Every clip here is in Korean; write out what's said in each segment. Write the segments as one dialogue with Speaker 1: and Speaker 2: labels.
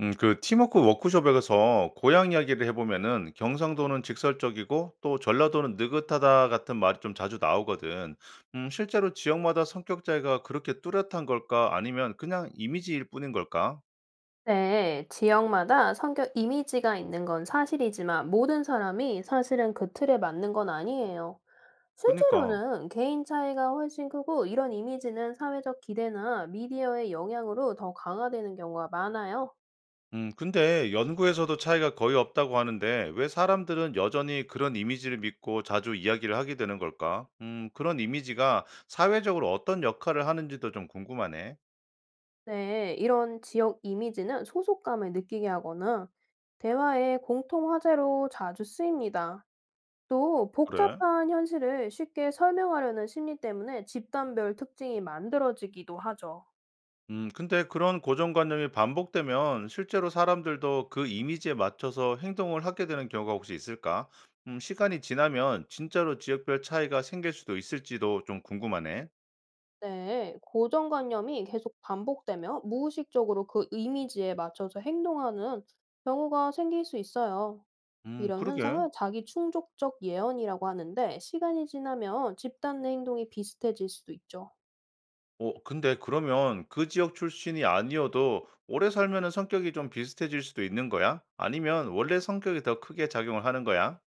Speaker 1: 그 팀워크 워크숍에서 고향 이야기를 해보면은 경상도는 직설적이고 또 전라도는 느긋하다 같은 말이 좀 자주 나오거든. 실제로 지역마다 성격 차이가 그렇게 뚜렷한 걸까? 아니면 그냥 이미지일 뿐인 걸까?
Speaker 2: 네, 지역마다 성격 이미지가 있는 건 사실이지만 모든 사람이 사실은 그 틀에 맞는 건 아니에요.
Speaker 1: 그니까.
Speaker 2: 실제로는 개인 차이가 훨씬 크고 이런 이미지는 사회적 기대나 미디어의 영향으로 더 강화되는 경우가 많아요.
Speaker 1: 근데 연구에서도 차이가 거의 없다고 하는데 왜 사람들은 여전히 그런 이미지를 믿고 자주 이야기를 하게 되는 걸까? 그런 이미지가 사회적으로 어떤 역할을 하는지도 좀 궁금하네.
Speaker 2: 네, 이런 지역 이미지는 소속감을 느끼게 하거나 대화의 공통 화제로 자주 쓰입니다. 또
Speaker 1: 그래?
Speaker 2: 복잡한 현실을 쉽게 설명하려는 심리 때문에 집단별 특징이 만들어지기도 하죠.
Speaker 1: 근데 그런 고정관념이 반복되면 실제로 사람들도 그 이미지에 맞춰서 행동을 하게 되는 경우가 혹시 있을까? 시간이 지나면 진짜로 지역별 차이가 생길 수도 있을지도 좀 궁금하네.
Speaker 2: 네. 고정관념이 계속 반복되며 무의식적으로 그 이미지에 맞춰서 행동하는 경우가 생길 수 있어요. 이런
Speaker 1: 그러게.
Speaker 2: 현상을 자기 충족적 예언이라고 하는데 시간이 지나면 집단 내 행동이 비슷해질 수도 있죠.
Speaker 1: 어, 근데 그러면 그 지역 출신이 아니어도 오래 살면은 성격이 좀 비슷해질 수도 있는 거야? 아니면 원래 성격이 더 크게 작용을 하는 거야?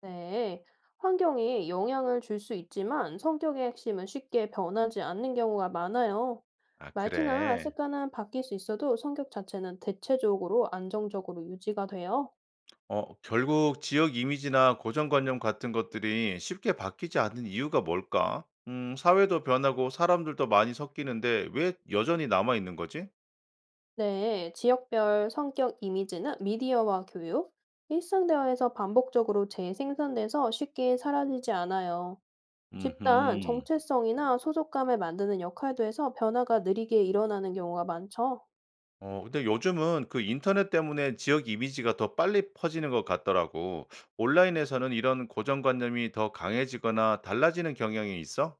Speaker 2: 네. 환경이 영향을 줄 수 있지만 성격의 핵심은 쉽게 변하지 않는 경우가 많아요.
Speaker 1: 아,
Speaker 2: 말투나
Speaker 1: 그래.
Speaker 2: 습관은 바뀔 수 있어도 성격 자체는 대체적으로 안정적으로 유지가 돼요.
Speaker 1: 어, 결국 지역 이미지나 고정관념 같은 것들이 쉽게 바뀌지 않는 이유가 뭘까? 사회도 변하고 사람들도 많이 섞이는데 왜 여전히 남아 있는 거지?
Speaker 2: 네, 지역별 성격 이미지는 미디어와 교육, 일상 대화에서 반복적으로 재생산돼서 쉽게 사라지지 않아요. 집단
Speaker 1: 음,
Speaker 2: 정체성이나 소속감을 만드는 역할도 해서 변화가 느리게 일어나는 경우가 많죠.
Speaker 1: 어, 근데 요즘은 그 인터넷 때문에 지역 이미지가 더 빨리 퍼지는 것 같더라고. 온라인에서는 이런 고정관념이 더 강해지거나 달라지는 경향이 있어?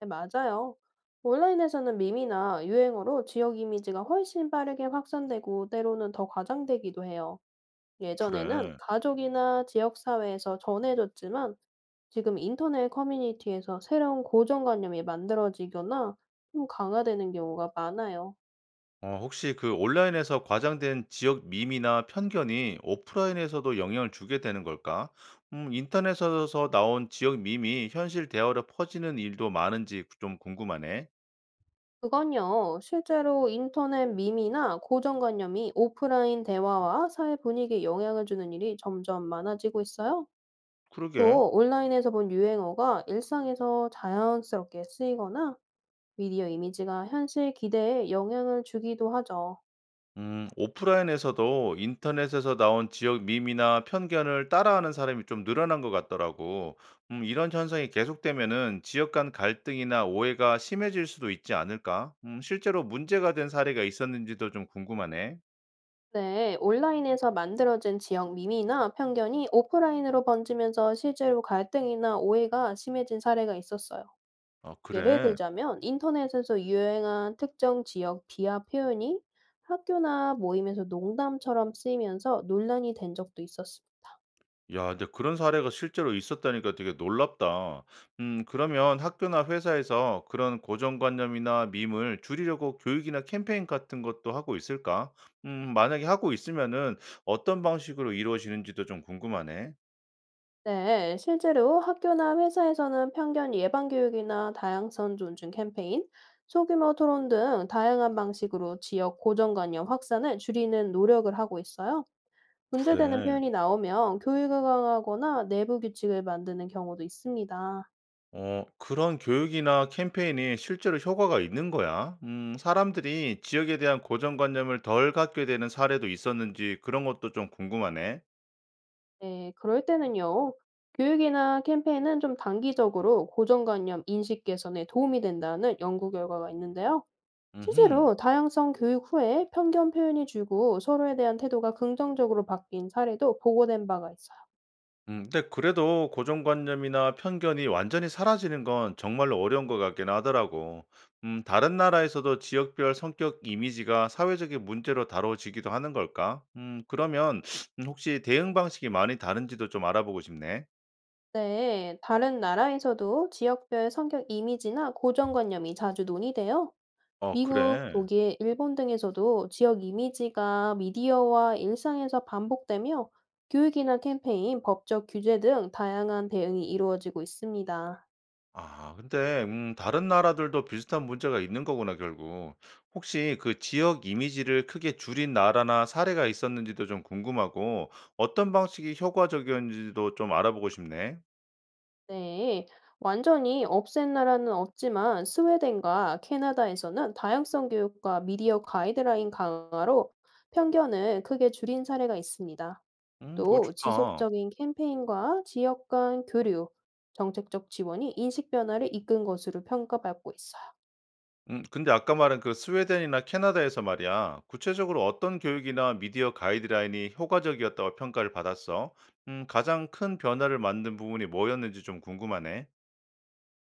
Speaker 2: 네, 맞아요. 온라인에서는 밈이나 유행어로 지역 이미지가 훨씬 빠르게 확산되고 때로는 더 과장되기도 해요. 예전에는
Speaker 1: 그래.
Speaker 2: 가족이나 지역사회에서 전해졌지만 지금 인터넷 커뮤니티에서 새로운 고정관념이 만들어지거나 좀 강화되는 경우가 많아요.
Speaker 1: 어, 혹시 그 온라인에서 과장된 지역 밈이나 편견이 오프라인에서도 영향을 주게 되는 걸까? 인터넷에서 나온 지역 밈이 현실 대화로 퍼지는 일도 많은지 좀 궁금하네.
Speaker 2: 그건요, 실제로 인터넷 밈이나 고정관념이 오프라인 대화와 사회 분위기에 영향을 주는 일이 점점 많아지고 있어요.
Speaker 1: 그러게.
Speaker 2: 또 온라인에서 본 유행어가 일상에서 자연스럽게 쓰이거나 미디어 이미지가 현실 기대에 영향을 주기도 하죠.
Speaker 1: 오프라인에서도 인터넷에서 나온 지역 밈이나 편견을 따라하는 사람이 좀 늘어난 것 같더라고. 이런 현상이 계속되면은 지역 간 갈등이나 오해가 심해질 수도 있지 않을까? 실제로 문제가 된 사례가 있었는지도 좀 궁금하네.
Speaker 2: 네, 온라인에서 만들어진 지역 미미나 편견이 오프라인으로 번지면서 실제로 갈등이나 오해가 심해진 사례가 있었어요.
Speaker 1: 아,
Speaker 2: 예를
Speaker 1: 그래.
Speaker 2: 들자면 인터넷에서 유행한 특정 지역 비하 표현이 학교나 모임에서 농담처럼 쓰이면서 논란이 된 적도 있었습니다.
Speaker 1: 야, 근데 그런 사례가 실제로 있었다니까 되게 놀랍다. 그러면 학교나 회사에서 그런 고정관념이나 밈을 줄이려고 교육이나 캠페인 같은 것도 하고 있을까? 만약에 하고 있으면은 어떤 방식으로 이루어지는지도 좀 궁금하네.
Speaker 2: 네, 실제로 학교나 회사에서는 편견 예방 교육이나 다양성 존중 캠페인, 소규모 토론 등 다양한 방식으로 지역 고정관념 확산을 줄이는 노력을 하고 있어요. 문제되는
Speaker 1: 그래.
Speaker 2: 표현이 나오면 교육을 강화하거나 내부 규칙을 만드는 경우도 있습니다.
Speaker 1: 어, 그런 교육이나 캠페인이 실제로 효과가 있는 거야? 사람들이 지역에 대한 고정관념을 덜 갖게 되는 사례도 있었는지 그런 것도 좀 궁금하네.
Speaker 2: 네, 그럴 때는요. 교육이나 캠페인은 좀 단기적으로 고정관념 인식 개선에 도움이 된다는 연구 결과가 있는데요.
Speaker 1: 음
Speaker 2: 실제로 다양성 교육 후에 편견 표현이 줄고 서로에 대한 태도가 긍정적으로 바뀐 사례도 보고된 바가 있어요.
Speaker 1: 근데 그래도 고정관념이나 편견이 완전히 사라지는 건 정말로 어려운 것 같긴 하더라고. 다른 나라에서도 지역별 성격 이미지가 사회적인 문제로 다뤄지기도 하는 걸까? 그러면 혹시 대응 방식이 많이 다른지도 좀 알아보고 싶네.
Speaker 2: 네, 다른 나라에서도 지역별 성격 이미지나 고정관념이 자주 논의돼요.
Speaker 1: 어,
Speaker 2: 미국,
Speaker 1: 그래.
Speaker 2: 독일, 일본 등에서도 지역 이미지가 미디어와 일상에서 반복되며 교육이나 캠페인, 법적 규제 등 다양한 대응이 이루어지고 있습니다.
Speaker 1: 아, 근데 다른 나라들도 비슷한 문제가 있는 거구나, 결국. 혹시 그 지역 이미지를 크게 줄인 나라나 사례가 있었는지도 좀 궁금하고, 어떤 방식이 효과적이었는지도 좀 알아보고 싶네.
Speaker 2: 네, 완전히 없앤 나라는 없지만 스웨덴과 캐나다에서는 다양성 교육과 미디어 가이드라인 강화로 편견을 크게 줄인 사례가 있습니다.
Speaker 1: 그거
Speaker 2: 또
Speaker 1: 좋다.
Speaker 2: 지속적인 캠페인과 지역 간 교류, 정책적 지원이 인식 변화를 이끈 것으로 평가받고 있어요.
Speaker 1: 근데 아까 말한 그 스웨덴이나 캐나다에서 말이야. 구체적으로 어떤 교육이나 미디어 가이드라인이 효과적이었다고 평가를 받았어? 가장 큰 변화를 만든 부분이 뭐였는지 좀 궁금하네.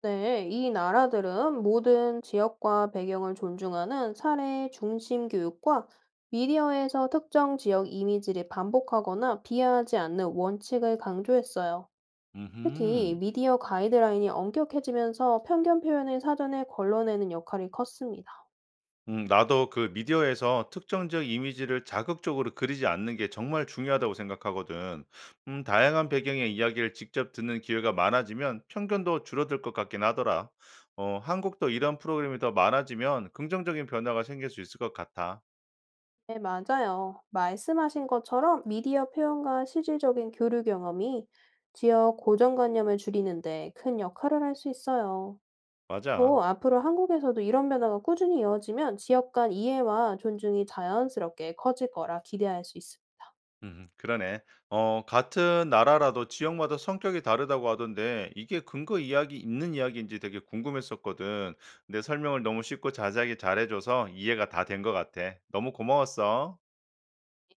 Speaker 2: 네, 이 나라들은 모든 지역과 배경을 존중하는 사례 중심 교육과 미디어에서 특정 지역 이미지를 반복하거나 비하하지 않는 원칙을 강조했어요. 특히
Speaker 1: 음
Speaker 2: 미디어 가이드라인이 엄격해지면서 편견 표현을 사전에 걸러내는 역할이 컸습니다.
Speaker 1: 나도 그 미디어에서 특정적 이미지를 자극적으로 그리지 않는 게 정말 중요하다고 생각하거든. 다양한 배경의 이야기를 직접 듣는 기회가 많아지면 편견도 줄어들 것 같긴 하더라. 어, 한국도 이런 프로그램이 더 많아지면 긍정적인 변화가 생길 수 있을 것 같아.
Speaker 2: 네, 맞아요. 말씀하신 것처럼 미디어 표현과 실질적인 교류 경험이 지역 고정관념을 줄이는데 큰 역할을 할 수 있어요.
Speaker 1: 맞아.
Speaker 2: 또 앞으로 한국에서도 이런 변화가 꾸준히 이어지면 지역 간 이해와 존중이 자연스럽게 커질 거라 기대할 수 있습니다.
Speaker 1: 그러네. 어, 같은 나라라도 지역마다 성격이 다르다고 하던데, 이게 근거 이야기 있는 이야기인지 되게 궁금했었거든. 내 설명을 너무 쉽고 자세하게 잘해줘서 이해가 다 된 것 같아. 너무 고마웠어.